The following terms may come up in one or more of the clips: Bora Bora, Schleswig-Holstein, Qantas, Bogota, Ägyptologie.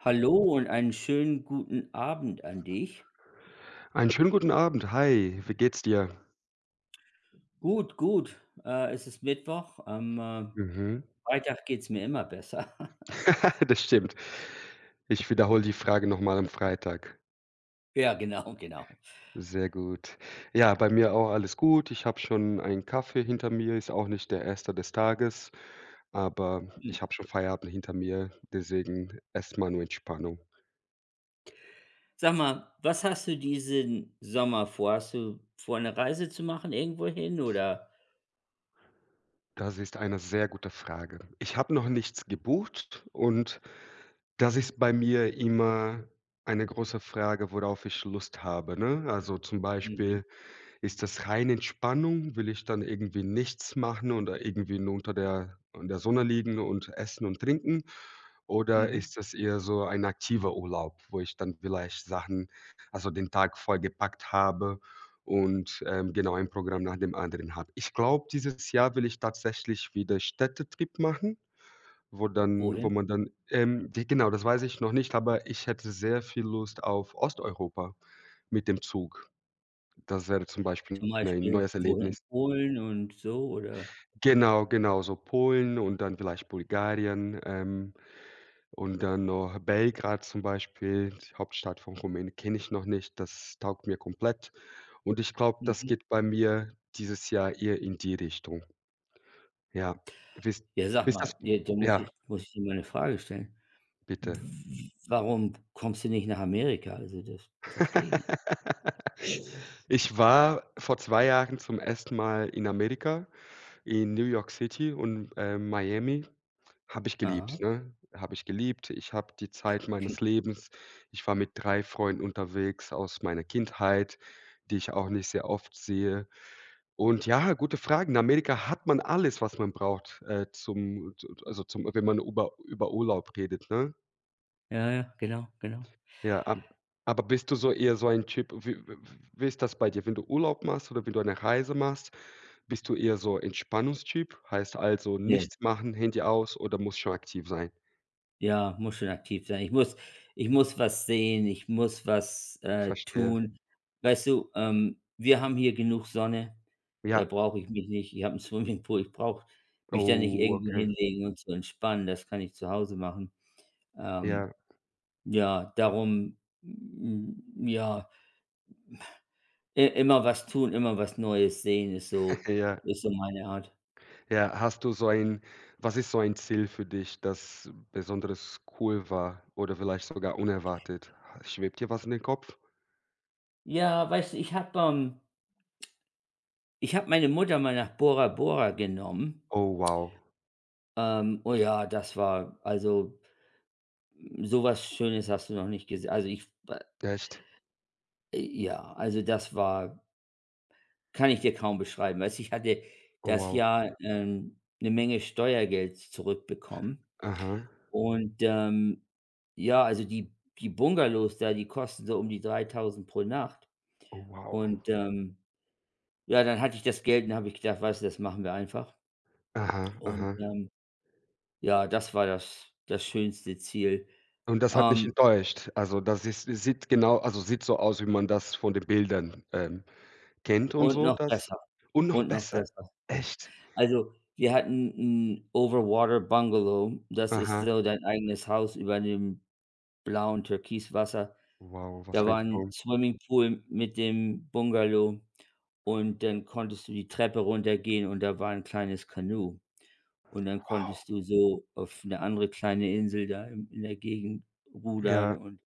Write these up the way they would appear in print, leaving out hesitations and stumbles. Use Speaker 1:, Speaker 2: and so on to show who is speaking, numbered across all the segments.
Speaker 1: Hallo und einen schönen guten Abend an dich.
Speaker 2: Einen schönen guten Abend. Hi, wie geht's dir?
Speaker 1: Gut, gut. Es ist Mittwoch. Am
Speaker 2: Mhm.
Speaker 1: Freitag geht's mir immer besser.
Speaker 2: Das stimmt. Ich wiederhole die Frage noch mal am Freitag.
Speaker 1: Ja, genau, genau.
Speaker 2: Sehr gut. Ja, bei mir auch alles gut. Ich habe schon einen Kaffee hinter mir, ist auch nicht der Erste des Tages, aber
Speaker 1: Hm.
Speaker 2: ich habe schon Feierabend hinter mir, deswegen erst mal nur Entspannung.
Speaker 1: Sag mal, was hast du diesen Sommer vor? Hast du vor, eine Reise zu machen irgendwo hin oder
Speaker 2: Das ist eine sehr gute Frage. Ich habe noch nichts gebucht und das ist bei mir immer eine große Frage, worauf ich Lust habe, ne? Also, zum
Speaker 1: mhm,
Speaker 2: Beispiel: Ist das rein Entspannung? Will ich dann irgendwie nichts machen oder irgendwie nur unter der in der Sonne liegen und essen und trinken? Oder
Speaker 1: mhm.
Speaker 2: ist das eher so ein aktiver Urlaub, wo ich dann vielleicht Sachen, also den Tag voll gepackt habe und, genau ein Programm nach dem anderen habe? Ich glaube, dieses Jahr will ich tatsächlich wieder Städtetrip machen, wo
Speaker 1: Wohin?
Speaker 2: man dann, ja genau, das weiß ich noch nicht, aber ich hätte sehr viel Lust auf Osteuropa mit dem Zug. Das wäre zum Beispiel
Speaker 1: Zum
Speaker 2: ein
Speaker 1: Beispiel
Speaker 2: neues
Speaker 1: wohin?
Speaker 2: Erlebnis.
Speaker 1: Polen und so oder
Speaker 2: Genau, genau, so Polen und dann vielleicht Bulgarien, und dann noch Belgrad zum Beispiel, die Hauptstadt von Rumänien, kenne ich noch nicht. Das taugt mir komplett. Und ich glaube, das
Speaker 1: mhm.
Speaker 2: geht bei mir dieses Jahr eher in die Richtung. Ja. Wisst
Speaker 1: Ja, sag
Speaker 2: wisst das,
Speaker 1: mal, ja, da
Speaker 2: ja,
Speaker 1: muss ich dir mal eine Frage stellen.
Speaker 2: bitte.
Speaker 1: W warum kommst du nicht nach Amerika? Also, das verstehe ich nicht.
Speaker 2: Ich war vor 2 Jahren zum ersten Mal in Amerika. In New York City und, Miami habe ich geliebt,
Speaker 1: Aha.
Speaker 2: ne? Habe ich geliebt. Ich habe die Zeit
Speaker 1: Genau.
Speaker 2: meines Lebens. Ich war mit 3 Freunden unterwegs aus meiner Kindheit, die ich auch nicht sehr oft sehe. Und ja, gute Frage. In Amerika hat man alles, was man braucht, zum zu also, zum wenn man über Urlaub redet, ne?
Speaker 1: Ja, ja, genau, genau.
Speaker 2: Ja, ab aber bist du so eher so ein Typ, wie ist das bei dir, wenn du Urlaub machst oder wenn du eine Reise machst? Bist du eher so Entspannungstyp? Heißt also
Speaker 1: Ne,
Speaker 2: nichts machen, Handy aus oder muss schon aktiv sein?
Speaker 1: ja, muss schon aktiv sein. Ich muss was sehen, ich muss was,
Speaker 2: Verstehe.
Speaker 1: tun. Weißt du, wir haben hier genug Sonne, da
Speaker 2: Ja.
Speaker 1: brauche ich mich nicht, ich habe 'n Swimmingpool, ich brauche mich da nicht
Speaker 2: Oh,
Speaker 1: irgendwo
Speaker 2: okay.
Speaker 1: hinlegen und zu entspannen, das kann ich zu Hause machen. Ähm,
Speaker 2: Ja,
Speaker 1: ja, darum, ja, i immer was tun, immer was Neues sehen
Speaker 2: ja,
Speaker 1: ist so meine Art.
Speaker 2: ja. Hast du so ein was ist so ein Ziel für dich, das besonders cool war oder vielleicht sogar unerwartet? Ha schwebt dir was in den Kopf?
Speaker 1: Ja, weißt du, Ich habe meine Mutter mal nach Bora Bora genommen.
Speaker 2: Oh wow.
Speaker 1: Oh ja, das war also so was Schönes hast du noch nicht gesehen. Also, ich
Speaker 2: Echt?
Speaker 1: ja, also das war. Kann ich dir kaum beschreiben. Weißt du, ich hatte
Speaker 2: Oh
Speaker 1: das
Speaker 2: wow.
Speaker 1: Jahr, 'ne Menge Steuergeld zurückbekommen,
Speaker 2: Aha.
Speaker 1: und, Ja, also die Bungalows da, die kosten so um die 3.000 pro Nacht.
Speaker 2: Oh wow.
Speaker 1: und, ähm, ja, dann hatte ich das Geld und habe ich gedacht: „Weißt du, das machen wir einfach.“
Speaker 2: Aha,
Speaker 1: Und,
Speaker 2: aha.
Speaker 1: ähm Ja, das war das schönste Ziel.
Speaker 2: Und das hat nicht
Speaker 1: Ähm,
Speaker 2: enttäuscht. Also, das ist sieht genau, also sieht so aus, wie man das von den Bildern, kennt, und
Speaker 1: und
Speaker 2: so,
Speaker 1: noch
Speaker 2: das
Speaker 1: besser
Speaker 2: und noch
Speaker 1: und noch
Speaker 2: besser.
Speaker 1: besser, ja.
Speaker 2: Echt?
Speaker 1: Also, wir hatten ein Overwater Bungalow. Das ist
Speaker 2: Aha.
Speaker 1: so dein eigenes Haus über dem blauen Türkiswasser.
Speaker 2: Wow, was
Speaker 1: Da
Speaker 2: für
Speaker 1: war
Speaker 2: ein
Speaker 1: ein
Speaker 2: Traum.
Speaker 1: Swimmingpool mit dem Bungalow und dann konntest du die Treppe runtergehen und da war ein kleines Kanu. Und dann
Speaker 2: Wow.
Speaker 1: konntest du so auf eine andere kleine Insel da in der Gegend rudern
Speaker 2: Ja,
Speaker 1: und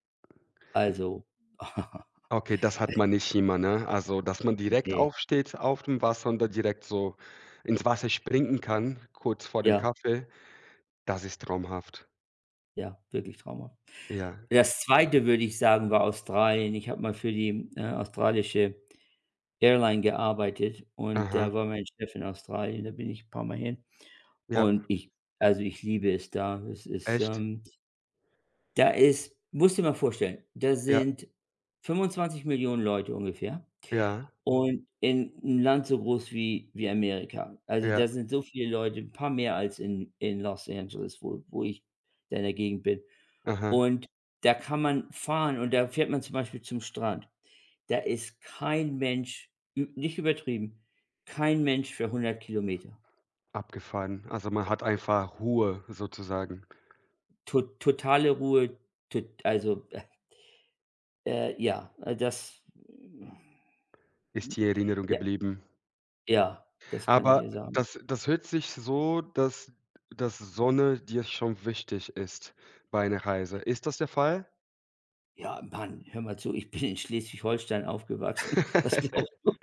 Speaker 1: also
Speaker 2: okay, das hat man nicht immer, ne? Also, dass man direkt
Speaker 1: Ne,
Speaker 2: aufsteht auf dem Wasser und dann direkt so ins Wasser springen kann, kurz vor dem
Speaker 1: ja,
Speaker 2: Kaffee, das ist traumhaft.
Speaker 1: ja, wirklich Trauma.
Speaker 2: Ja.
Speaker 1: Das Zweite würde ich sagen, war Australien. Ich habe mal für die, australische Airline gearbeitet und
Speaker 2: Aha.
Speaker 1: da war mein Chef in Australien, da bin ich ein paar Mal hin
Speaker 2: Ja.
Speaker 1: und ich liebe es da. Es ist,
Speaker 2: Echt?
Speaker 1: ähm Da ist musst dir mal vorstellen, da
Speaker 2: Ja,
Speaker 1: sind 25 Millionen Leute ungefähr.
Speaker 2: ja,
Speaker 1: Und in 'n Land so groß wie Amerika. Also,
Speaker 2: ja.
Speaker 1: da sind so viele Leute, ein paar mehr als in Los Angeles, wo ich da in der Gegend bin.
Speaker 2: Aha.
Speaker 1: Und da kann man fahren und da fährt man zum Beispiel zum Strand. Da ist kein Mensch, ü nicht übertrieben, kein Mensch für 100 Kilometer.
Speaker 2: Abgefahren. Also, man hat einfach Ruhe sozusagen.
Speaker 1: To totale Ruhe, tot also, äh, ja, äh, das
Speaker 2: Ist die Erinnerung
Speaker 1: ja,
Speaker 2: geblieben.
Speaker 1: ja, das kann ich
Speaker 2: Aber
Speaker 1: dir sagen.
Speaker 2: das hört sich so, dass Sonne dir schon wichtig ist bei einer Reise. Ist das der Fall?
Speaker 1: Ja, Mann, hör mal zu, ich bin in Schleswig-Holstein aufgewachsen. Was glaubst du?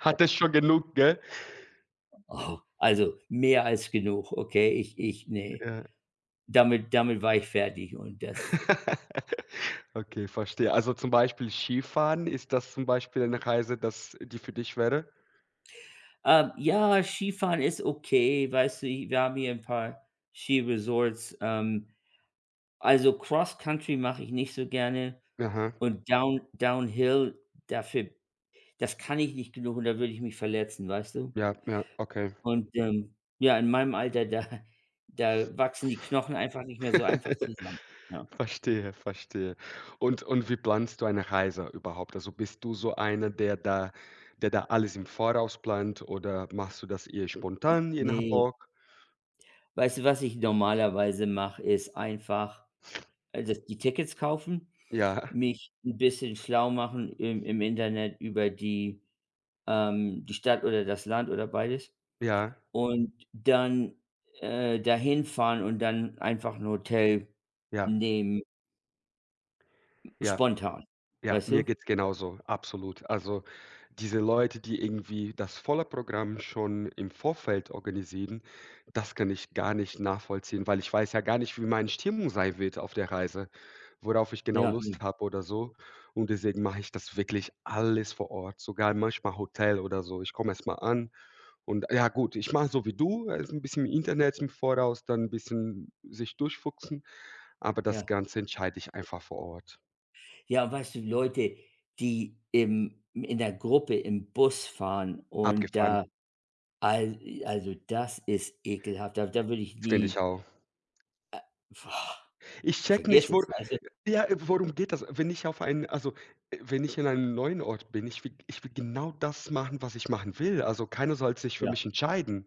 Speaker 2: Hat es schon genug, gell?
Speaker 1: Oh, also mehr als genug, okay? Ich nee.
Speaker 2: Ja.
Speaker 1: Damit war ich fertig und das.
Speaker 2: Okay, verstehe. Also, zum Beispiel Skifahren, ist das zum Beispiel eine Reise, das die für dich wäre?
Speaker 1: Ja, Skifahren ist okay, weißt du, hi wir haben hier ein paar Skiresorts. Also Cross-Country mache ich nicht so gerne
Speaker 2: Aha.
Speaker 1: und Downhill, dafür das kann ich nicht genug und da würde ich mich verletzen, weißt du?
Speaker 2: Ja, ja, okay.
Speaker 1: Ja, in meinem Alter, da wachsen die Knochen einfach nicht mehr so einfach zusammen. Ja.
Speaker 2: Verstehe, verstehe. Und wie planst du eine Reise überhaupt? Also, bist du so einer, der da alles im Voraus plant oder machst du das eher spontan, je nach
Speaker 1: Ne.
Speaker 2: Bock?
Speaker 1: Weißt du, was ich normalerweise mache, ist einfach, das die Tickets kaufen,
Speaker 2: Ja,
Speaker 1: mich ein bisschen schlau machen im Internet über die Stadt oder das Land oder beides
Speaker 2: ja,
Speaker 1: und dann, dahin fahren und dann einfach ein Hotel
Speaker 2: ja,
Speaker 1: nehmen,
Speaker 2: ja.
Speaker 1: spontan.
Speaker 2: Ja,
Speaker 1: Weißt du?
Speaker 2: mir geht's genauso, absolut. Also, diese Leute, die irgendwie das volle Programm schon im Vorfeld organisieren, das kann ich gar nicht nachvollziehen, weil ich weiß ja gar nicht, wie meine Stimmung sein wird auf der Reise, worauf ich genau
Speaker 1: Ja, ja,
Speaker 2: Lust habe oder so. Und deswegen mache ich das wirklich alles vor Ort, sogar manchmal Hotel oder so. Ich komme erst mal an und ja gut, ich mache so wie du, also, 'n bisschen im Internet im Voraus, dann 'n bisschen sich durchfuchsen, aber das
Speaker 1: ja.
Speaker 2: Ganze entscheide ich einfach vor Ort.
Speaker 1: Ja, und weißt du, Leute, die im in der Gruppe im Bus fahren und
Speaker 2: Abgefahren,
Speaker 1: da al also, das ist ekelhaft. Da würde ich
Speaker 2: finde ich
Speaker 1: nie
Speaker 2: auch.
Speaker 1: äh, boah,
Speaker 2: Ich check
Speaker 1: vergiss
Speaker 2: nicht,
Speaker 1: es,
Speaker 2: wor
Speaker 1: weißt du?
Speaker 2: ja, worum geht das? Wenn ich auf einen also, wenn ich in einem neuen Ort bin, ich will genau das machen, was ich machen will. Also, keiner soll sich für
Speaker 1: Ja,
Speaker 2: mich entscheiden,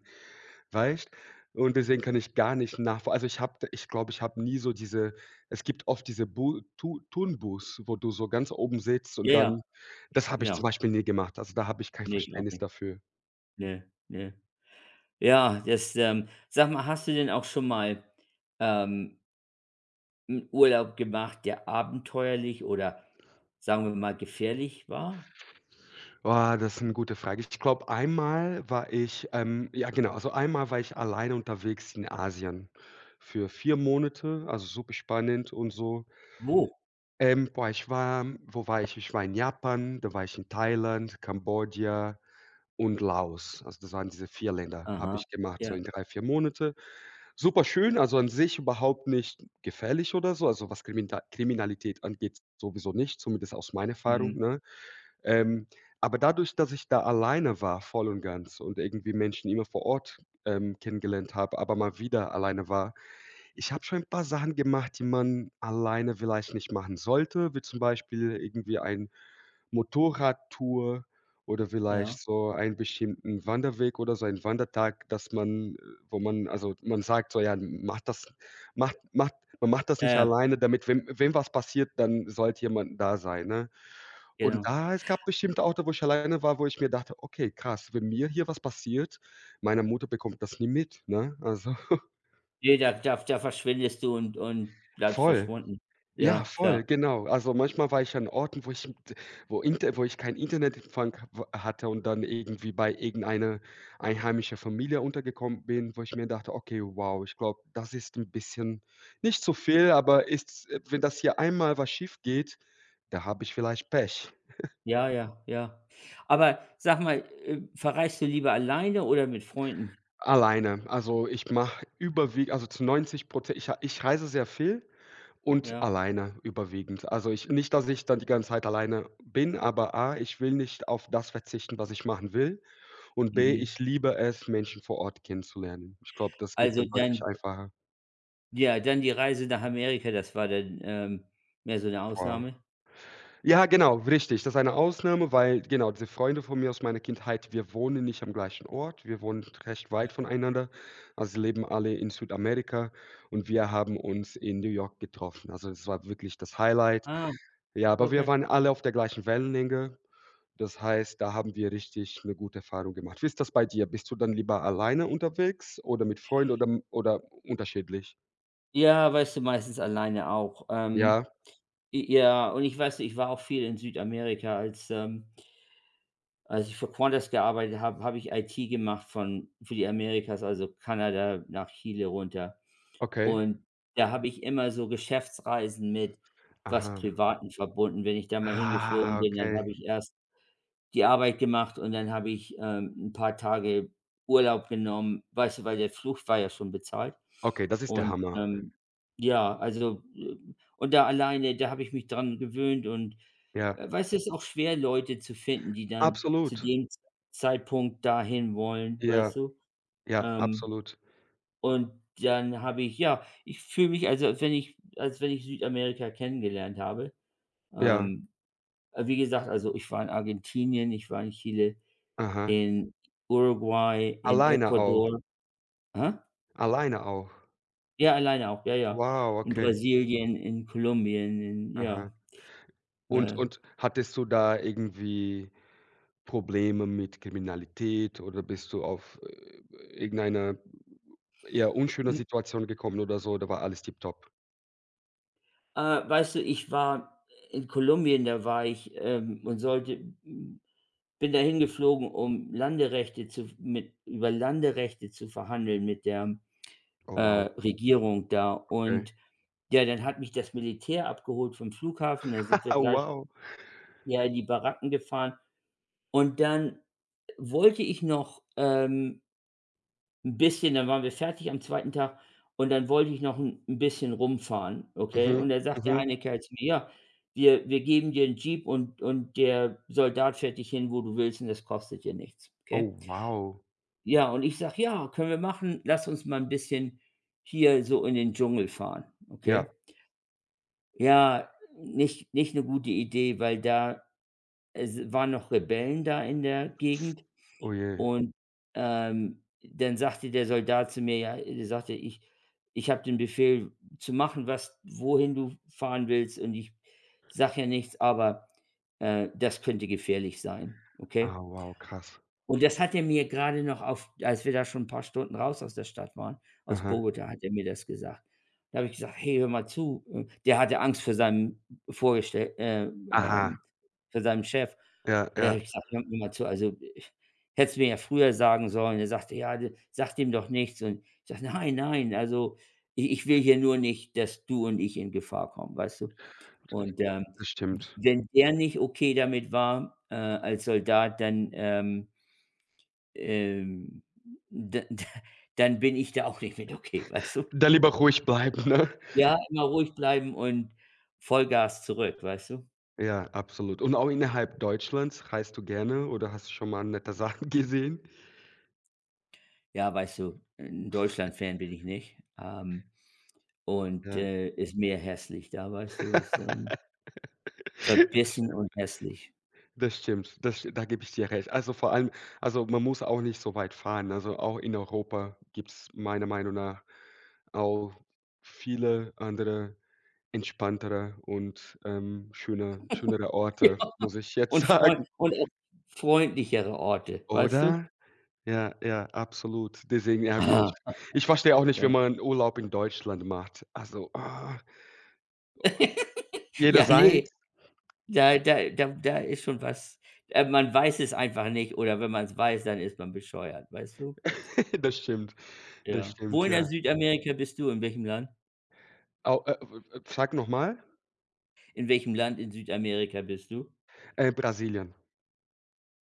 Speaker 2: weißt? Und deswegen kann ich gar nicht nachvoll also, ich glaube, ich habe nie so diese es gibt oft diese Bu Tu Turnbus, wo du so ganz oben sitzt und
Speaker 1: ja, ja,
Speaker 2: dann, das habe ich zum
Speaker 1: genau.
Speaker 2: Beispiel nie gemacht. Also, da habe ich kein
Speaker 1: Nee, ich auch
Speaker 2: Verständnis
Speaker 1: nicht.
Speaker 2: dafür.
Speaker 1: Ne, ne. Sag mal, hast du denn auch schon mal, ähm, 'n Urlaub gemacht, der abenteuerlich oder sagen wir mal gefährlich war?
Speaker 2: Boah, das ist 'ne gute Frage. Ich glaube, einmal war ich ja genau, also einmal war ich alleine unterwegs in Asien für 4 Monate, also super spannend und so.
Speaker 1: Wo?
Speaker 2: Boah, ich war wo war ich? Ich war in Japan, da war ich in Thailand, Kambodscha, und Laos. Also, das waren diese 4 Länder,
Speaker 1: Aha,
Speaker 2: habe ich gemacht, so
Speaker 1: ja,
Speaker 2: in 3 4 Monate. Super schön, also an sich überhaupt nicht gefährlich oder so, also was Kriminta Kriminalität angeht, sowieso nicht, zumindest aus meiner Erfahrung,
Speaker 1: mhm,
Speaker 2: ne? Ähm, aber dadurch, dass ich da alleine war, voll und ganz, und irgendwie Menschen immer vor Ort, kennengelernt habe, aber mal wieder alleine war. Ich habe schon ein paar Sachen gemacht, die man alleine vielleicht nicht machen sollte, wie zum Beispiel irgendwie ein Motorradtour oder
Speaker 1: ja.
Speaker 2: vielleicht so einen bestimmten Wanderweg oder so einen Wandertag, dass man, wo man also, man sagt so: „Ja, macht das macht macht man macht das
Speaker 1: Ja,
Speaker 2: nicht
Speaker 1: ja,
Speaker 2: alleine, damit wenn was passiert, dann sollte jemand da sein“, ne? Und
Speaker 1: genau.
Speaker 2: da es gab bestimmte Orte, wo ich alleine war, wo ich mir dachte: „Okay, krass, wenn mir hier was passiert, meine Mutter bekommt das nie mit“, ne? Also
Speaker 1: Ne, da da da verschwindest du und bleibst
Speaker 2: voll.
Speaker 1: verschwunden.
Speaker 2: Ja,
Speaker 1: Ja, klar.
Speaker 2: voll, genau. Also, manchmal war ich an Orten, wo ich keinen Internetempfang w hatte und dann irgendwie bei irgendeiner einheimischer Familie untergekommen bin, wo ich mir dachte: „Okay, wow, ich glaube, das ist ein bisschen nicht zu viel, aber ist wenn das hier einmal was schief geht, da habe ich vielleicht Pech.“
Speaker 1: Ja, ja, ja. Aber sag mal, verreist du lieber alleine oder mit Freunden?
Speaker 2: Alleine. Also, ich mache überwiegend, also, zu 90%. Ich reise sehr viel. Und
Speaker 1: Ja,
Speaker 2: alleine überwiegend. Also, ich nicht, dass ich dann die ganze Zeit alleine bin, aber A, ich will nicht auf das verzichten, was ich machen will, und B,
Speaker 1: mhm.
Speaker 2: ich liebe es, Menschen vor Ort kennenzulernen. Ich glaube, das geht
Speaker 1: Also
Speaker 2: dann deutlich
Speaker 1: dann
Speaker 2: einfacher.
Speaker 1: ja, dann die Reise nach Amerika, das war dann, mehr so eine
Speaker 2: Vor
Speaker 1: Ausnahme?
Speaker 2: Ja, genau, richtig. Das ist eine Ausnahme, weil genau, diese Freunde von mir aus meiner Kindheit, wir wohnen nicht am gleichen Ort. Wir wohnen recht weit voneinander. Also, sie leben alle in Südamerika und wir haben uns in New York getroffen. Also, es war wirklich das Highlight.
Speaker 1: Ah,
Speaker 2: Ja, aber wir
Speaker 1: okay.
Speaker 2: waren alle auf der gleichen Wellenlänge. Das heißt, da haben wir richtig eine gute Erfahrung gemacht. Wie ist das bei dir? Bist du dann lieber alleine unterwegs oder mit Freunden oder unterschiedlich?
Speaker 1: Ja, weißt du, meistens alleine auch.
Speaker 2: Ja,
Speaker 1: I Ja, und ich weiß, ich war auch viel in Südamerika Als ich für Qantas gearbeitet habe, habe ich IT gemacht von für die Amerikas, also Kanada nach Chile runter.
Speaker 2: okay.
Speaker 1: Und da habe ich immer so Geschäftsreisen mit was
Speaker 2: Aha.
Speaker 1: Privatem verbunden. Wenn ich da mal hingeflogen
Speaker 2: Ah,
Speaker 1: bin, dann
Speaker 2: okay.
Speaker 1: habe ich erst die Arbeit gemacht und dann habe ich, 'n paar Tage Urlaub genommen, weißt du, weil der Flug war ja schon bezahlt.
Speaker 2: Okay, das ist der
Speaker 1: Und,
Speaker 2: Hammer.
Speaker 1: ähm, ja, also, äh und da alleine, da habe ich mich dran gewöhnt und,
Speaker 2: Ja,
Speaker 1: weißt du, es ist auch schwer, Leute zu finden, die dann zu
Speaker 2: absolut.
Speaker 1: dem Z Zeitpunkt dahin wollen, weißt
Speaker 2: Ja,
Speaker 1: du?
Speaker 2: ja,
Speaker 1: Ähm,
Speaker 2: absolut.
Speaker 1: und dann habe ich ja, ich fühle mich, also, als wenn ich Südamerika kennengelernt habe.
Speaker 2: Ja,
Speaker 1: Ähm, Wie gesagt, also, ich war in Argentinien, ich war in Chile
Speaker 2: aha.
Speaker 1: in Uruguay, in
Speaker 2: Alleine auch.
Speaker 1: Ecuador. Aha.
Speaker 2: Alleine auch.
Speaker 1: Ja, alleine auch, ja, ja.
Speaker 2: Wow,
Speaker 1: In
Speaker 2: okay.
Speaker 1: Brasilien, in Kolumbien, in
Speaker 2: Aha.
Speaker 1: ja.
Speaker 2: Und
Speaker 1: Äh,
Speaker 2: und hattest du da irgendwie Probleme mit Kriminalität oder bist du auf, irgendeine eher unschöne
Speaker 1: hm,
Speaker 2: Situation gekommen oder so? Da war alles tipptopp?
Speaker 1: äh, Weißt du, ich war in Kolumbien, da war ich, und hm, bin dahin geflogen, um Landerechte zu mit über Landerechte zu verhandeln mit der,
Speaker 2: Oh
Speaker 1: äh,
Speaker 2: wow,
Speaker 1: Regierung da.
Speaker 2: okay.
Speaker 1: Und ja, dann hat mich das Militär abgeholt vom Flughafen, da sind wir
Speaker 2: Oh
Speaker 1: gleich,
Speaker 2: wow.
Speaker 1: ja, in die Baracken gefahren. Und dann wollte ich noch, 'n bisschen dann waren wir fertig am zweiten Tag und dann wollte ich noch ein 'n bisschen rumfahren, okay?
Speaker 2: Mhm,
Speaker 1: Und da sagt der
Speaker 2: mhm.
Speaker 1: eine Kerl zu mir: „Ja, wir geben dir 'n Jeep und der Soldat fährt dich hin, wo du willst und das kostet dir nichts“, okay?
Speaker 2: Oh wow.
Speaker 1: Ja, und ich sage: „Ja, können wir machen. Lass uns mal ein bisschen hier so in den Dschungel fahren“, okay?
Speaker 2: Ja,
Speaker 1: Ja, nicht eine gute Idee, weil da es waren noch Rebellen da in der Gegend.
Speaker 2: oh je.
Speaker 1: Und, dann sagte der Soldat zu mir, ja der sagte: „Ich habe den Befehl zu machen, was wohin du fahren willst und ich sage ja nichts, aber, das könnte gefährlich sein, okay?“
Speaker 2: Ah, wow, krass.
Speaker 1: Und das hat er mir gerade noch auf als wir da schon ein paar Stunden raus aus der Stadt waren, aus
Speaker 2: Aha.
Speaker 1: Bogota, hat er mir das gesagt. Da habe ich gesagt: „Hey, hör mal zu.“ Der hatte Angst vor seinem Vorgestell äh,
Speaker 2: Aha.
Speaker 1: ähm, vor seinem Chef.
Speaker 2: Ja,
Speaker 1: Und da habe
Speaker 2: ja,
Speaker 1: ich gesagt: „Hör mir mal zu, also, hättest mir ja früher sagen sollen.“ Er sagte: „Ja, d sag dem doch nichts.“ Und ich sagte: „Nein, nein, also, i ich will hier nur nicht, dass du und ich in Gefahr kommen“, weißt du? Und,
Speaker 2: das stimmt.
Speaker 1: wenn der nicht okay damit war, als Soldat, ähm, da da dann bin ich da auch nicht mit okay, weißt du?
Speaker 2: Da lieber ruhig bleiben, ne?
Speaker 1: Ja, immer ruhig bleiben und Vollgas zurück, weißt du?
Speaker 2: Ja, absolut. Und auch innerhalb Deutschlands, reist du gerne oder hast du schon mal nette Sachen gesehen?
Speaker 1: Ja, weißt du, 'n Deutschland-Fan bin ich nicht, und,
Speaker 2: Ja.
Speaker 1: ist mehr hässlich da, weißt du?
Speaker 2: Das
Speaker 1: Verbissen
Speaker 2: stimmt.
Speaker 1: und hässlich.
Speaker 2: Das stimmt. Das sti Da gebe ich dir recht. Also, vor allem, also, man muss auch nicht so weit fahren. Also, auch in Europa gibt's meiner Meinung nach auch viele andere entspanntere und, schönere Orte, muss ich jetzt
Speaker 1: Und freund
Speaker 2: sagen,
Speaker 1: und auch freundlichere Orte, weißt du?
Speaker 2: oder? Ja, ja, absolut. Deswegen, ja gut, ich
Speaker 1: Ah,
Speaker 2: ich verstehe auch nicht, wenn
Speaker 1: ja.
Speaker 2: man Urlaub in Deutschland macht. Also, ah, jeder
Speaker 1: Ja, ne,
Speaker 2: seins.
Speaker 1: da ist schon was man weiß es einfach nicht oder wenn man es weiß, dann ist man bescheuert, weißt du?
Speaker 2: Das stimmt, das
Speaker 1: Ja. Wo
Speaker 2: stimmt,
Speaker 1: in der
Speaker 2: ja.
Speaker 1: Südamerika bist du? In welchem Land?
Speaker 2: Au w w sag noch mal?
Speaker 1: In welchem Land in Südamerika bist du?
Speaker 2: Brasilien.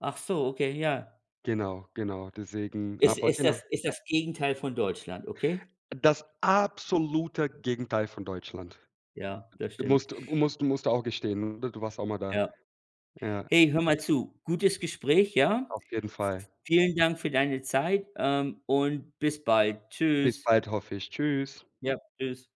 Speaker 1: Ach so, okay, ja.
Speaker 2: Genau, genau, deswegen aber genau.
Speaker 1: Ist das Gegenteil von Deutschland, okay?
Speaker 2: Das absolute Gegenteil von Deutschland.
Speaker 1: Ja, das stimmt.
Speaker 2: Musst du auch gestehen, oder? Du warst auch mal da.
Speaker 1: Ja.
Speaker 2: Ja,
Speaker 1: Hey, hör mal zu, gutes Gespräch, ja?
Speaker 2: auf jeden Fall.
Speaker 1: Vielen Dank für deine Zeit, und bis bald.
Speaker 2: Bis
Speaker 1: Tschüss.
Speaker 2: bald, hoffe ich. Tschüss.
Speaker 1: Ja, tschüss.